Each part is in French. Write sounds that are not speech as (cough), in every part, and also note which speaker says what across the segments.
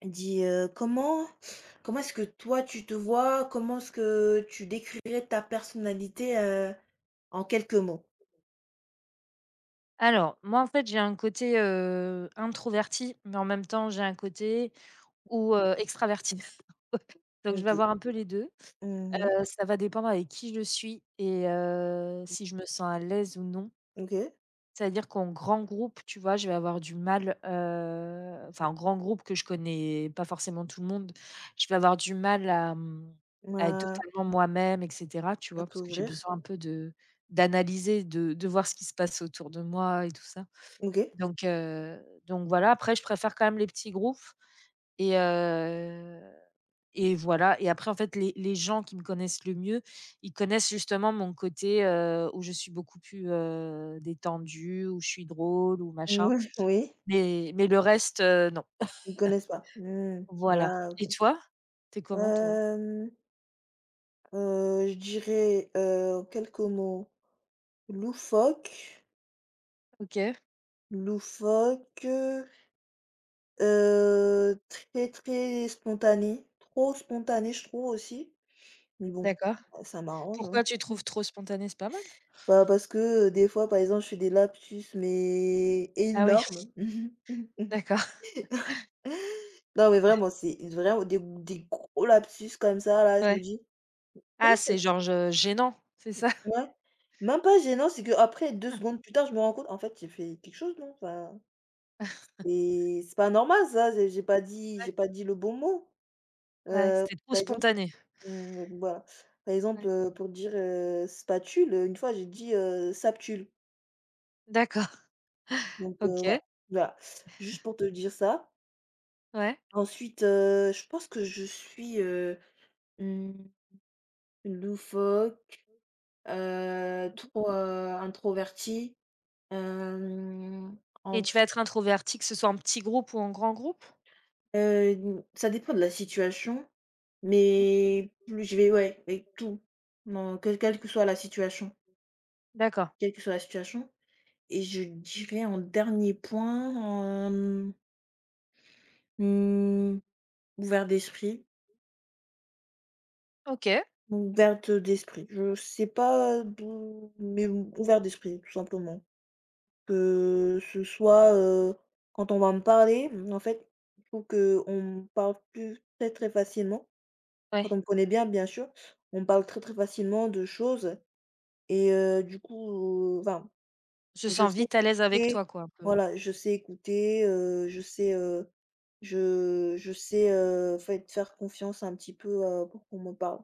Speaker 1: Elle dit: «Comment est-ce que toi tu te vois? Comment est-ce que tu décrirais ta personnalité, en quelques mots?»
Speaker 2: Alors, moi, en fait, j'ai un côté, introverti, mais en même temps, j'ai un côté ou extraverti. (laughs) Donc je vais
Speaker 1: OK.
Speaker 2: avoir un peu les 2.
Speaker 1: Mmh mh.
Speaker 2: Ça va dépendre avec qui je suis et si je me sens à l'aise ou non.
Speaker 1: OK.
Speaker 2: C'est-à-dire qu'en grand groupe, tu vois, je vais avoir du mal, enfin, en grand groupe que je connais pas forcément tout le monde, je vais avoir du mal à être
Speaker 1: Bah,
Speaker 2: totalement moi-même et cetera, tu vois?
Speaker 1: bientôt
Speaker 2: Parce que j'ai
Speaker 1: ouvrir.
Speaker 2: besoin un peu de d'analyser, de voir ce qui se passe autour de moi et tout ça.
Speaker 1: OK.
Speaker 2: Donc voilà, après je préfère quand même les petits groupes et heu et voilà et après en fait les gens qui me connaissent le mieux, ils connaissent justement mon côté, où je suis beaucoup plus, détendue, où je suis drôle ou machin,
Speaker 1: Oui (laughs) oui.
Speaker 2: mais le reste, non.
Speaker 1: Ils connaissent pas. Mmh.
Speaker 2: Voilà
Speaker 1: Ah OK.
Speaker 2: et toi? T'es comment toi?
Speaker 1: Hem, je dirais, en quelques mots: loufoque,
Speaker 2: OK,
Speaker 1: loufoque, très, très spontané, trop spontané je trouve aussi. Mais bon,
Speaker 2: d'accord.
Speaker 1: bah, ça m'arrange, hein.
Speaker 2: Pourquoi tu trouves trop spontané? C'est pas mal?
Speaker 1: Bah, parce que, des fois, par exemple, je fais des lapsus, mais
Speaker 2: Ah oui,
Speaker 1: énormes.
Speaker 2: (laughs)
Speaker 1: (laughs)
Speaker 2: d'accord,
Speaker 1: Non, mais vraiment, c'est vraiment des gros lapsus comme ça, là, je me
Speaker 2: ouais.
Speaker 1: dis:
Speaker 2: Ah
Speaker 1: «Comment ça
Speaker 2: c'est
Speaker 1: se»
Speaker 2: genre je gênant, c'est ça?
Speaker 1: ouais. Même pas gênant, c'est que après 2
Speaker 2: (laughs)
Speaker 1: secondes plus tard, je me rends compte, en fait, j'ai fait quelque chose, non? Enfin, et c'est pas normal ça, j'ai pas dit
Speaker 2: Ouais,
Speaker 1: le bon mot.
Speaker 2: ouais,
Speaker 1: Heu,
Speaker 2: c'était trop
Speaker 1: par exemple,
Speaker 2: spontané.
Speaker 1: mmh, voilà. Par exemple,
Speaker 2: Ouais,
Speaker 1: heu, pour dire, spatule, une fois, j'ai dit, saptule.
Speaker 2: d'accord,
Speaker 1: Donc, ouais,
Speaker 2: OK.
Speaker 1: voilà, juste pour te dire ça.
Speaker 2: Ouais.
Speaker 1: Ensuite, je pense que je suismmh, loufoque,
Speaker 2: Mmh.
Speaker 1: trop, introvertie, hem,
Speaker 2: Et
Speaker 1: en
Speaker 2: tu vas
Speaker 1: f
Speaker 2: être introvertie, que ce soit en petit groupe ou en grand groupe?
Speaker 1: mmh, ça dépend de la situation,
Speaker 2: Mmh.
Speaker 1: mais plus je vais ouais, avec tout, dans quelle que soit la situation
Speaker 2: D'accord.
Speaker 1: quelle que soit la situation et je dirais en dernier point, mmh, ouvert d'esprit.
Speaker 2: OK.
Speaker 1: Ouverte d'esprit. Je sais pas d'où mais ouverte d'esprit, tout simplement. Que ce soit, quand on va me parler, en fait, je trouve qu'on me parle plus très, très facilement.
Speaker 2: Ouais.
Speaker 1: Quand on me connaît bien, bien sûr, on me parle très, très facilement de choses et, du coup, enfin,
Speaker 2: Je
Speaker 1: je
Speaker 2: sens
Speaker 1: sais
Speaker 2: vite à l'aise avec
Speaker 1: écouter,
Speaker 2: toi, quoi, un peu.
Speaker 1: voilà, je sais écouter, je sais, je sais, fait faire confiance un petit peu, pour qu'on me parle.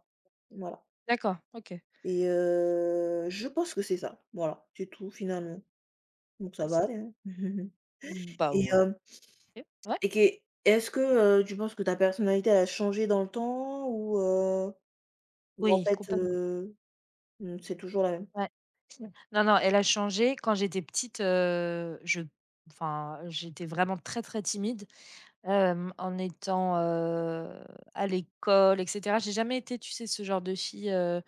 Speaker 1: Voilà.
Speaker 2: D'accord, OK.
Speaker 1: Et, je pense que c'est ça. Voilà, c'est tout finalement. Donc ça va aller, hein. (laughs)
Speaker 2: Mmh, bah,
Speaker 1: Et
Speaker 2: ouais.
Speaker 1: hem
Speaker 2: OK. Ouais.
Speaker 1: et que est-ce que, tu penses que ta personnalité, elle a changé dans le temps ou en
Speaker 2: Oui,
Speaker 1: fait
Speaker 2: complètement.
Speaker 1: mmh, c'est toujours la même?
Speaker 2: Ouais. Non, non, elle a changé. Quand j'étais petite, je enfin, j'étais vraiment très, très timide, en étant, à l'école et cetera. J'ai jamais été, tu sais, ce genre de fille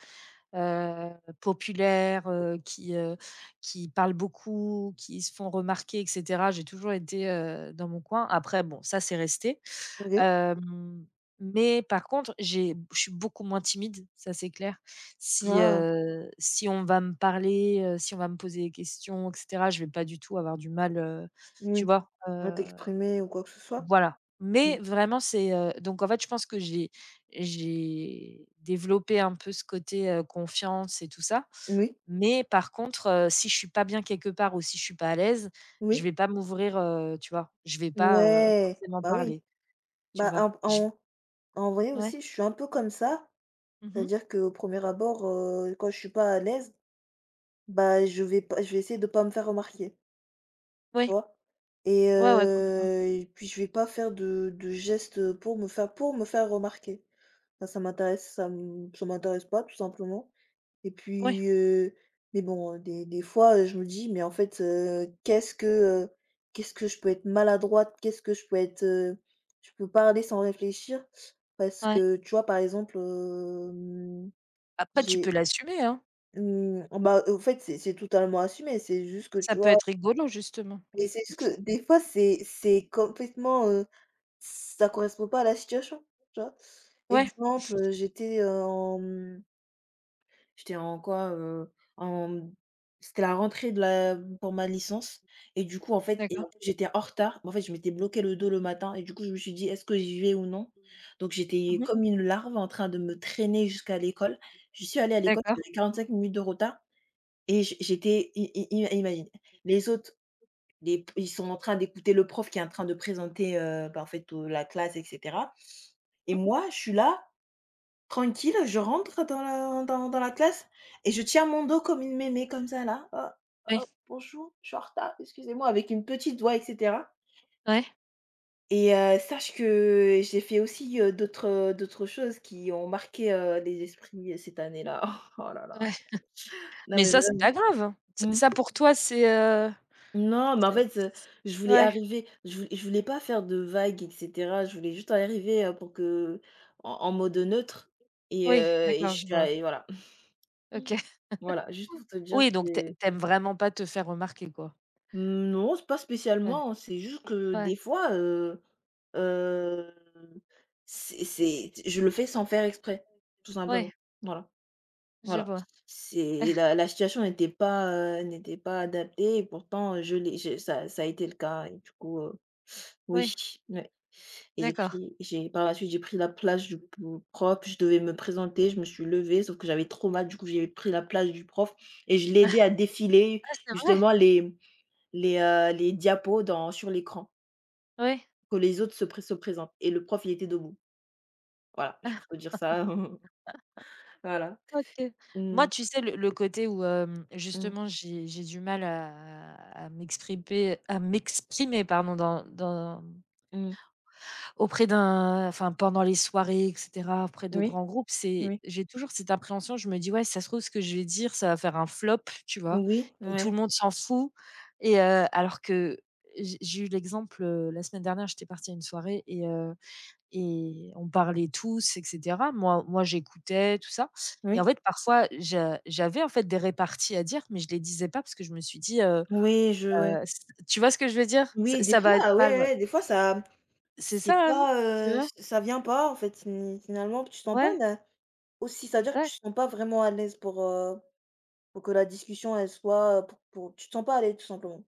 Speaker 2: heu, populaires, qui parlent beaucoup, qui se font remarquer et cetera. J'ai toujours été, dans mon coin. Après bon, ça c'est resté.
Speaker 1: OK.
Speaker 2: Hem, mais par contre, j'ai je suis beaucoup moins timide, ça c'est clair. Si,
Speaker 1: Ah
Speaker 2: heu, si on va me parler, si on va me poser des questions et cetera, je vais pas du tout avoir du mal, tu
Speaker 1: oui,
Speaker 2: vois?
Speaker 1: à
Speaker 2: Heu
Speaker 1: t'exprimer ou quoi que ce soit?
Speaker 2: voilà,
Speaker 1: Mmh.
Speaker 2: mais vraiment c'est, donc en fait, je pense que j'ai développé un peu ce côté, confiance et tout ça,
Speaker 1: Oui,
Speaker 2: mais par contre, si je suis pas bien quelque part ou si je suis pas à l'aise, je
Speaker 1: oui.
Speaker 2: vais pas m'ouvrir, tu vois? Je vais pas,
Speaker 1: Ouais,
Speaker 2: forcément
Speaker 1: bah oui.
Speaker 2: parler, tu
Speaker 1: Bah
Speaker 2: vois?
Speaker 1: en
Speaker 2: Je
Speaker 1: en en vrai
Speaker 2: ouais.
Speaker 1: aussi, je suis un peu comme ça.
Speaker 2: Mmh.
Speaker 1: C'est-à-dire qu'au 1er abord, quand je suis pas à l'aise, bah je vais essayer de pas me faire remarquer. Tu
Speaker 2: Oui.
Speaker 1: vois? Et
Speaker 2: Ouais, ouais, complètement,
Speaker 1: heu et puis je vais pas faire de gestes, pour me faire remarquer. Ça m'intéresse pas tout simplement et
Speaker 2: oui,
Speaker 1: puis, mais bon, des fois, je me dis: «Mais en fait, heu, qu'est-ce que je peux être maladroite? Qu'est-ce que je peux être, je peux parler sans réfléchir?» parce
Speaker 2: ouais.
Speaker 1: que, tu vois, par exemple,
Speaker 2: Après tu peux
Speaker 1: j'ai,
Speaker 2: l'assumer, hein.
Speaker 1: mmh, bah, en fait, c'est totalement assumé. C'est juste que,
Speaker 2: Ça
Speaker 1: tu
Speaker 2: peut
Speaker 1: vois?
Speaker 2: être rigolo justement,
Speaker 1: Mais
Speaker 2: oui.
Speaker 1: c'est juste que des fois, c'est complètement, ça correspond pas à la situation, tu vois?
Speaker 2: Ouais,
Speaker 1: Exemple, j'étais, en, j'étais en quoi, en, c'était la rentrée de la pour ma licence et du coup, en fait et en
Speaker 2: d'accord.
Speaker 1: plus j'étais en retard. En fait, je m'étais bloqué le dos le matin et du coup, je me suis dit: «Est-ce que j'y vais ou non?» Donc j'étais
Speaker 2: Mmh.
Speaker 1: comme une larve en train de me traîner jusqu'à l'école. Je suis allée à l'école,
Speaker 2: D'accord.
Speaker 1: j'avais 45 minutes de retard et j'étais i i i imagine, les autres les ils sont en train d'écouter le prof qui est en train de présenter, bah, en fait, la classe et cetera et
Speaker 2: Mmh.
Speaker 1: moi, je suis là, tranquille, je rentre dans la dans dans la classe et je tiens mon dos comme une mémé comme ça là: «Oh, oh,
Speaker 2: Oui,
Speaker 1: bonjour, je suis en retard, excusez-moi», avec une petite voix et cetera
Speaker 2: ouais,
Speaker 1: et, sache que j'ai fait aussi, d'autres choses qui ont marqué, les esprits, cette année-là. (laughs) Oh là là.
Speaker 2: ouais.
Speaker 1: Non
Speaker 2: Mais
Speaker 1: mais
Speaker 2: ça, c'est
Speaker 1: vraiment.
Speaker 2: pas grave. Ç
Speaker 1: Mmh.
Speaker 2: ça pour toi, c'est,
Speaker 1: Non, mais en
Speaker 2: C'est
Speaker 1: fait, je voulais
Speaker 2: ouais,
Speaker 1: arriver je voulais pas faire de vagues et cetera. Je voulais juste arriver, pour que en mode neutre
Speaker 2: oui,
Speaker 1: et
Speaker 2: d'accord,
Speaker 1: je
Speaker 2: je
Speaker 1: suis a
Speaker 2: vois.
Speaker 1: et voilà.
Speaker 2: OK.
Speaker 1: (laughs) Voilà, juste pour te dire
Speaker 2: Oui, donc tu ai
Speaker 1: que
Speaker 2: tu aimes vraiment pas te faire remarquer, quoi?
Speaker 1: non, c'est pas
Speaker 2: Ouais,
Speaker 1: spécialement, hein, c'est juste que
Speaker 2: ouais,
Speaker 1: des foisheu, c'est je le fais sans faire exprès, tout
Speaker 2: ouais,
Speaker 1: simplement. Voilà,
Speaker 2: je
Speaker 1: voilà.
Speaker 2: vois.
Speaker 1: C'est la situation n'était pas, adaptée et pourtant, je l'ai je ça a été le cas et du coup. Oui,
Speaker 2: Oui,
Speaker 1: ouais et j'ai
Speaker 2: d'accord.
Speaker 1: pris j'ai par la suite, j'ai pris la place du p prof, je devais me présenter, je me suis levée, sauf que j'avais trop mal, du coup, j'ai pris la place du prof et je l'ai aidé à défiler
Speaker 2: Ah, c'est vrai?
Speaker 1: justement les les diapos dans sur l'écran,
Speaker 2: Oui.
Speaker 1: que les autres se présentent et le prof, il était debout. Voilà, je
Speaker 2: Ah,
Speaker 1: peux te dire ça. (laughs) Voilà.
Speaker 2: OK.
Speaker 1: Mmh,
Speaker 2: Moi, tu sais, le côté où,
Speaker 1: mmh,
Speaker 2: justement, j'ai du mal à m'exprimer, pardon, dans
Speaker 1: mmh.
Speaker 2: Auprès d'un enfin, pendant les soirées et cetera, auprès de
Speaker 1: Oui,
Speaker 2: grands groupes, c'est
Speaker 1: oui,
Speaker 2: j'ai toujours cette appréhension, je me dis: «Ouais, si ça se trouve, ce que je vais dire, ça va faire un flop», tu vois?
Speaker 1: oui,
Speaker 2: Et
Speaker 1: ouais,
Speaker 2: tout le monde s'en fout et alors que j'ai eu l'exemple, la semaine dernière, j'étais partie à une soirée et on parlait tous et cetera. Moi, j'écoutais tout ça et en
Speaker 1: oui,
Speaker 2: fait, parfois, j'avais, en fait, des réparties à dire, mais je les disais pas parce que je me suis dit,
Speaker 1: oui, je ouais.
Speaker 2: c tu vois ce que je veux dire? Ça
Speaker 1: Oui, des
Speaker 2: ça va
Speaker 1: fois,
Speaker 2: être
Speaker 1: ouais,
Speaker 2: mal, ouais.
Speaker 1: ouais, des fois ça
Speaker 2: C'est
Speaker 1: C'est
Speaker 2: ça, hein,
Speaker 1: pas,
Speaker 2: tu vois?
Speaker 1: ç ça vient pas, en fait, fini finalement, tu te sens pas
Speaker 2: Ouais,
Speaker 1: là aussi ça veut dire que tu
Speaker 2: ouais.
Speaker 1: te sens pas vraiment à l'aise pour, pour que la discussion, elle soit, pour tu te sens pas à l'aise, tout simplement,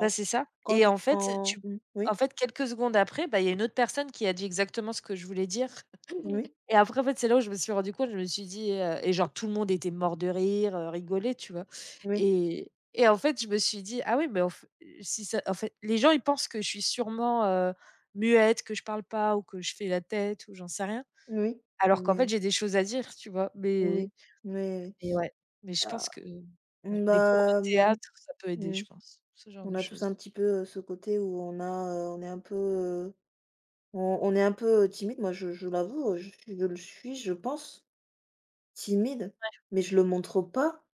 Speaker 2: Bah, c'est ça
Speaker 1: Quand
Speaker 2: et
Speaker 1: tu te
Speaker 2: en fait,
Speaker 1: sens
Speaker 2: tu en
Speaker 1: oui,
Speaker 2: fait, quelques secondes après, bah, il y a une autre personne qui a dit exactement ce que je voulais dire (laughs)
Speaker 1: oui,
Speaker 2: et après, en fait, c'est là où je me suis rendu compte, je me suis dit, et genre tout le monde était mort de rire, rigolait, tu vois?
Speaker 1: oui,
Speaker 2: Et en fait, je me suis dit: «Ah oui, mais en f si ça» en fait, les gens, ils pensent que je suis sûrement, muette, que je parle pas ou que je fais la tête ou j'en sais rien,
Speaker 1: oui,
Speaker 2: alors qu'en fait,
Speaker 1: oui,
Speaker 2: j'ai des choses à dire, tu vois?
Speaker 1: oui,
Speaker 2: Mais
Speaker 1: oui.
Speaker 2: mais ouais, mais je pense
Speaker 1: Ah,
Speaker 2: que ouais,
Speaker 1: mmh,
Speaker 2: des cours de
Speaker 1: bah,
Speaker 2: théâtre, ça peut aider,
Speaker 1: mmh,
Speaker 2: je pense, ce genre
Speaker 1: on
Speaker 2: de
Speaker 1: a tous un
Speaker 2: choses.
Speaker 1: petit peu, ce côté où on a, on est un peu, on est un peu, timide. Moi, je l'avoue, je le suis, je pense, timide, mais je le montre pas.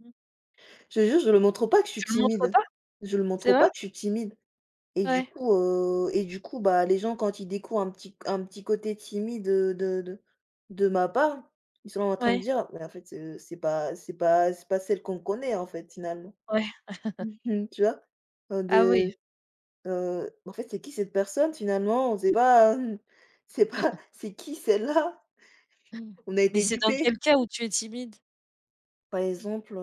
Speaker 2: Mmh.
Speaker 1: Je te jure, je le montre pas que je suis
Speaker 2: Tu le montres.
Speaker 1: timide. Je le
Speaker 2: C'est
Speaker 1: montre pas
Speaker 2: vrai?
Speaker 1: que je suis timide et du coup, bah, les gens quand ils découvrent un petit côté timide, de ma part, ils sont en train de
Speaker 2: Ouais,
Speaker 1: dire: «Mais en fait, c'est pas celle qu'on connaît, en fait, finalement».
Speaker 2: ouais.
Speaker 1: (laughs) Tu vois? Heu,
Speaker 2: Ah oui.
Speaker 1: de, «En fait, c'est qui cette personne finalement? On sait pas, (laughs) c'est pas c'est qui celle-là?
Speaker 2: Mmh.
Speaker 1: On a
Speaker 2: Mais
Speaker 1: été
Speaker 2: c'est dans quel
Speaker 1: dupés».
Speaker 2: cas où tu es timide?
Speaker 1: Par exemple,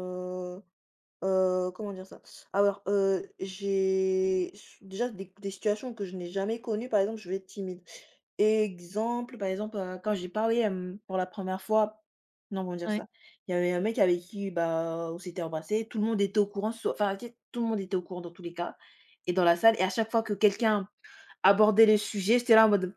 Speaker 1: comment dire ça? Alors, j'ai s déjà des situations que je n'ai jamais connues, par exemple, je vais être timide. Par exemple, quand j'ai parlé, pour la première fois non, comment dire
Speaker 2: Ouais.
Speaker 1: ça? Il y avait un mec avec qui, bah, on s'était embrassé tout le monde était au courant, sau enfin, tu sais, tout le monde était au courant dans tous les cas et dans la salle et à chaque fois que quelqu'un abordait le sujet, j'étais là en mode: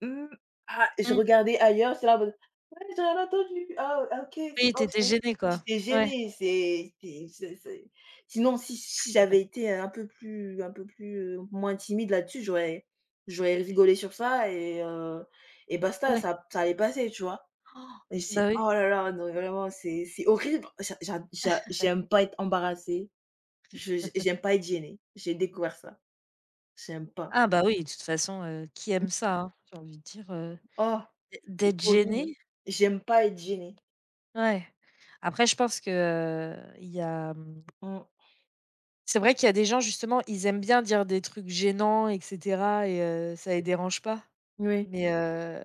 Speaker 1: Mmh. Ah, je
Speaker 2: Mmh.
Speaker 1: regardais ailleurs, c'est là en mode: «Ouais, j'ai rien entendu. Ah ah OK, c'est
Speaker 2: Oui, tu
Speaker 1: oh
Speaker 2: étais
Speaker 1: c'est»
Speaker 2: gênée, quoi.
Speaker 1: j'étais
Speaker 2: Ouais,
Speaker 1: gênée, c'est sinon si j'avais été un peu plus, moins timide là-dessus, j'aurais rigolé sur ça et basta,
Speaker 2: ouais,
Speaker 1: ça allait passer, tu vois? Et c'est
Speaker 2: bah, oui.
Speaker 1: oh là là, non, vraiment, c'est horrible. J'aime pas être embarrassée, je j
Speaker 2: (laughs)
Speaker 1: j'aime pas être gênée. J'ai découvert ça, j'aime pas.
Speaker 2: Ah bah, oui, de toute façon, qui aime ça, hein? J'ai envie de dire,
Speaker 1: Oh,
Speaker 2: d'ê
Speaker 1: c'est
Speaker 2: d'être
Speaker 1: horrible.
Speaker 2: gêné,
Speaker 1: J'aime pas être gênée.
Speaker 2: ouais. Après je pense que, il y a,
Speaker 1: Mmh.
Speaker 2: c'est vrai qu'il y a des gens justement, ils aiment bien dire des trucs gênants et cetera et ça les dérange pas.
Speaker 1: Oui,
Speaker 2: Mais,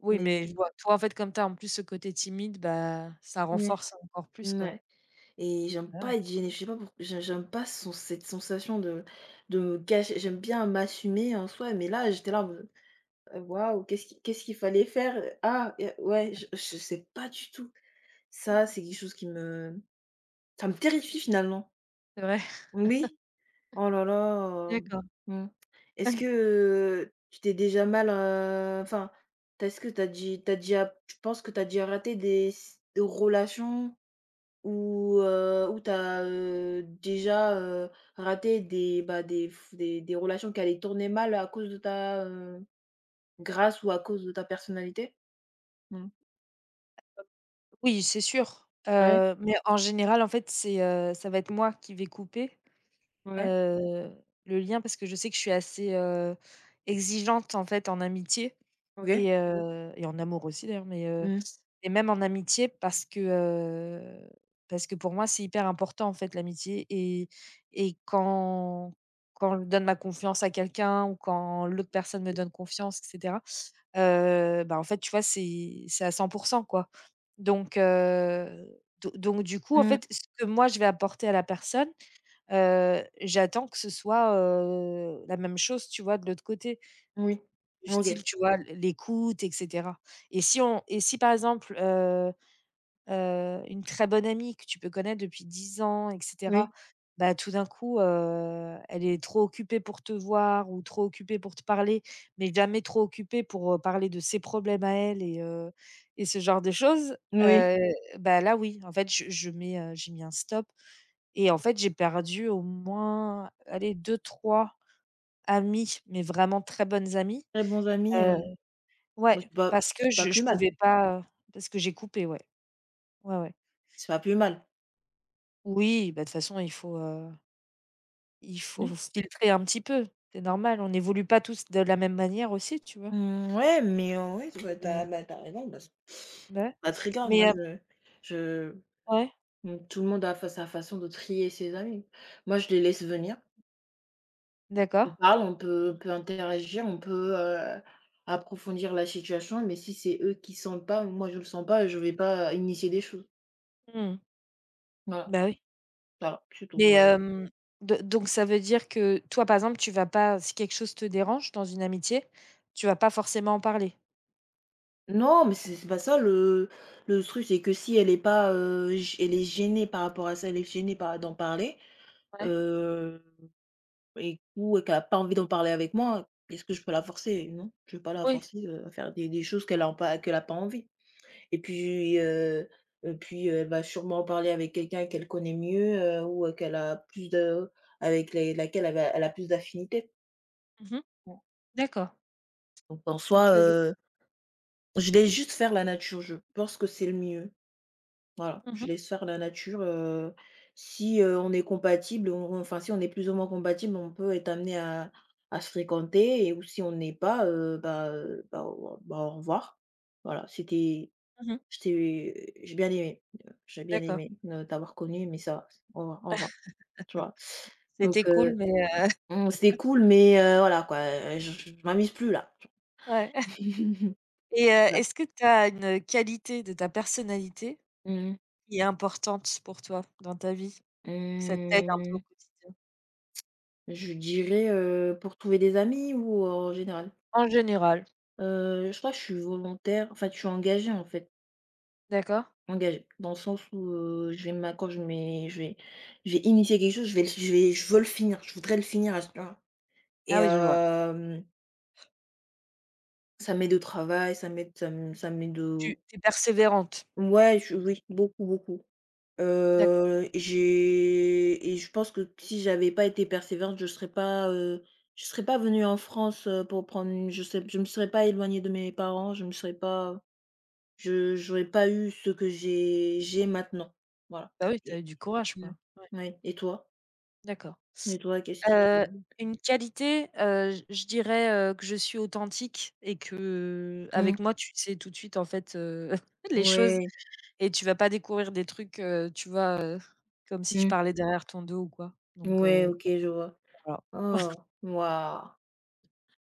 Speaker 2: oui,
Speaker 1: mais
Speaker 2: mais je vois. Toi, en fait, comme tu as en plus ce côté timide, bah, ça
Speaker 1: ouais,
Speaker 2: renforce encore plus, quoi.
Speaker 1: mouais et j'aime
Speaker 2: Ah oui.
Speaker 1: pas être gênée, je sais pas pourquoi j'aime pas son cette sensation de me cacher. J'aime bien m'assumer en soi, mais là, j'étais là en mode: «Waouh, qu'est-ce qu'il fallait faire, Ah, ouais, je sais pas du tout». Ça, c'est quelque chose qui me ça me terrifie finalement.
Speaker 2: C'est vrai.
Speaker 1: Oui, oh là là,
Speaker 2: D'accord.
Speaker 1: mmh. Est-ce
Speaker 2: (laughs)
Speaker 1: que tu t'es déjà mal, enfin, est-ce que tu penses que tu as déjà raté des relations? Ou tu as, déjà, raté des, bah, des f des relations qui allaient tourner mal à cause de grâce ou à cause de ta personnalité? Mmh.
Speaker 2: Oui, c'est sûr,
Speaker 1: Ouais,
Speaker 2: heu, mais en général, en fait, c'est, ça va être moi qui vais couper,
Speaker 1: ouais,
Speaker 2: heu, le lien parce que je sais que je suis assez, exigeante, en fait, en amitié
Speaker 1: OK.
Speaker 2: et en amour aussi d'ailleurs,
Speaker 1: Mmh.
Speaker 2: et même en amitié parce que, parce que, pour moi, c'est hyper important, en fait, l'amitié et quand je donne ma confiance à quelqu'un ou quand l'autre personne me donne confiance etc. Bah, en fait, tu vois, c'est à 100% quoi. Donc du coup, en
Speaker 1: Mmh.
Speaker 2: fait, ce que moi je vais apporter à la personne, j'attends que ce soit, la même chose, tu vois, de l'autre côté.
Speaker 1: Oui.
Speaker 2: Du
Speaker 1: OK.
Speaker 2: style, tu vois, l'écoute et cetera et si par exemple, une très bonne amie que tu peux connaître depuis 10 ans et
Speaker 1: Oui,
Speaker 2: cetera, bah, tout d'un coup, elle est trop occupée pour te voir ou trop occupée pour te parler, mais jamais trop occupée pour, parler de ses problèmes à elle et ce genre de choses,
Speaker 1: oui.
Speaker 2: heu, bah, là, oui, en fait, j'ai mis un stop et en fait, j'ai perdu au moins, allez, deux trois amis mais vraiment très bonnes amies,
Speaker 1: Très bons amis,
Speaker 2: heu
Speaker 1: heu, bah,
Speaker 2: ouais, parce que
Speaker 1: c'est pas
Speaker 2: je
Speaker 1: plus
Speaker 2: je
Speaker 1: mal,
Speaker 2: pouvais pas, parce que j'ai coupé, ouais. Ouais, ouais.
Speaker 1: c'est pas plus mal.
Speaker 2: Oui, bah, de toute façon, il faut
Speaker 1: Oui.
Speaker 2: filtrer un petit peu. C'est normal, on n'évolue pas tous de la même manière aussi, tu vois?
Speaker 1: Mmh, ouais, mais, oui, bah,
Speaker 2: Heu,
Speaker 1: tu raison, bah, c'est
Speaker 2: bah, ouais.
Speaker 1: pas très grave. Moi,
Speaker 2: Mais,
Speaker 1: je
Speaker 2: ouais,
Speaker 1: mmh, tout le monde a fa sa façon de trier ses amis. Moi, je les laisse venir.
Speaker 2: d'accord.
Speaker 1: On parle, on peut interagir, on peut, approfondir la situation, mais si c'est eux qui sentent pas, moi je le sens pas, je vais pas initier des choses.
Speaker 2: Mmh.
Speaker 1: Voilà,
Speaker 2: Bah, oui.
Speaker 1: voilà, c'est
Speaker 2: Mais,
Speaker 1: tout.
Speaker 2: do donc ça veut dire que toi, par exemple, tu vas pas si quelque chose te dérange dans une amitié, tu vas pas forcément en parler?
Speaker 1: Non, mais c'est pas ça le truc, c'est que si elle est pas, gê elle est gênée par rapport à ça, elle est gênée par d'en parler,
Speaker 2: Ouais.
Speaker 1: heu et ou qu'elle a pas envie d'en parler avec moi, est-ce que je peux la forcer? Non, je vais pas la
Speaker 2: Oui.
Speaker 1: forcer, à faire des choses qu'elle a pas envie. Et puis, heu et puis, elle va sûrement parler avec quelqu'un qu'elle connaît mieux, ou, qu'elle a plus de avec les laquelle elle a plus d'affinité.
Speaker 2: Mmh. D'accord.
Speaker 1: Donc en
Speaker 2: OK,
Speaker 1: soi,
Speaker 2: OK.
Speaker 1: heu, je laisse juste faire la nature, je pense que c'est le mieux. Voilà,
Speaker 2: Mmh
Speaker 1: je
Speaker 2: mh.
Speaker 1: laisse faire la nature, si, on est compatibles, on enfin, si on est plus ou moins compatibles, on peut être amené à se fréquenter et ou si on n'est pas, bah, au revoir. Voilà, c'était.
Speaker 2: Mmh.
Speaker 1: J'étais j'ai bien
Speaker 2: D'accord.
Speaker 1: aimé, t'avoir connu mais ça va, au revoir, tu vois? Donc
Speaker 2: C'était
Speaker 1: heu,
Speaker 2: cool, mais,
Speaker 1: mmh, c'était cool, mais, voilà quoi, je m'amuse plus là.
Speaker 2: ouais. (laughs)
Speaker 1: (laughs)
Speaker 2: Et,
Speaker 1: Ouais.
Speaker 2: est-ce que tu as une, qualité de ta personnalité
Speaker 1: Mmh mh.
Speaker 2: qui est importante pour toi dans ta vie? Que ça t'aide un peu au
Speaker 1: Mmh,
Speaker 2: quotidien?
Speaker 1: je dirais, pour trouver des amis ou, en général?
Speaker 2: En général,
Speaker 1: Je crois que je suis volontaire, enfin je suis engagée en fait,
Speaker 2: d'accord.
Speaker 1: engagée dans le sens où, je vais m'a quand je mets je vais initier quelque chose, je veux le finir, je voudrais le finir à ce point et
Speaker 2: Ah oui, je vois.
Speaker 1: hem Ça m'aide au travail, ça m'aide,
Speaker 2: Tu es persévérante.
Speaker 1: ouais, je oui, beaucoup, beaucoup.
Speaker 2: D'accord.
Speaker 1: J'ai et je pense que si j'avais pas été persévérante, je serais pas venue en France, pour prendre une je me serais pas éloignée de mes parents, je me serais pas je j'aurais pas eu ce que j'ai maintenant. Voilà
Speaker 2: Bah oui, tu as eu
Speaker 1: et
Speaker 2: du courage,
Speaker 1: mmh,
Speaker 2: quoi. Ouais,
Speaker 1: ouais et toi?
Speaker 2: d'accord.
Speaker 1: Et toi, qu'est-ce qui te
Speaker 2: Heu, une qualité, j je dirais, que je suis authentique et que
Speaker 1: mmh,
Speaker 2: avec moi, tu sais tout de suite, en fait, (laughs) les choses
Speaker 1: ouais,
Speaker 2: et tu vas pas découvrir des trucs, tu vois, comme si je
Speaker 1: mmh,
Speaker 2: parlais derrière ton dos ou quoi. Donc
Speaker 1: ouais,
Speaker 2: heu,
Speaker 1: OK, je vois.
Speaker 2: voilà.
Speaker 1: Oh, waouh!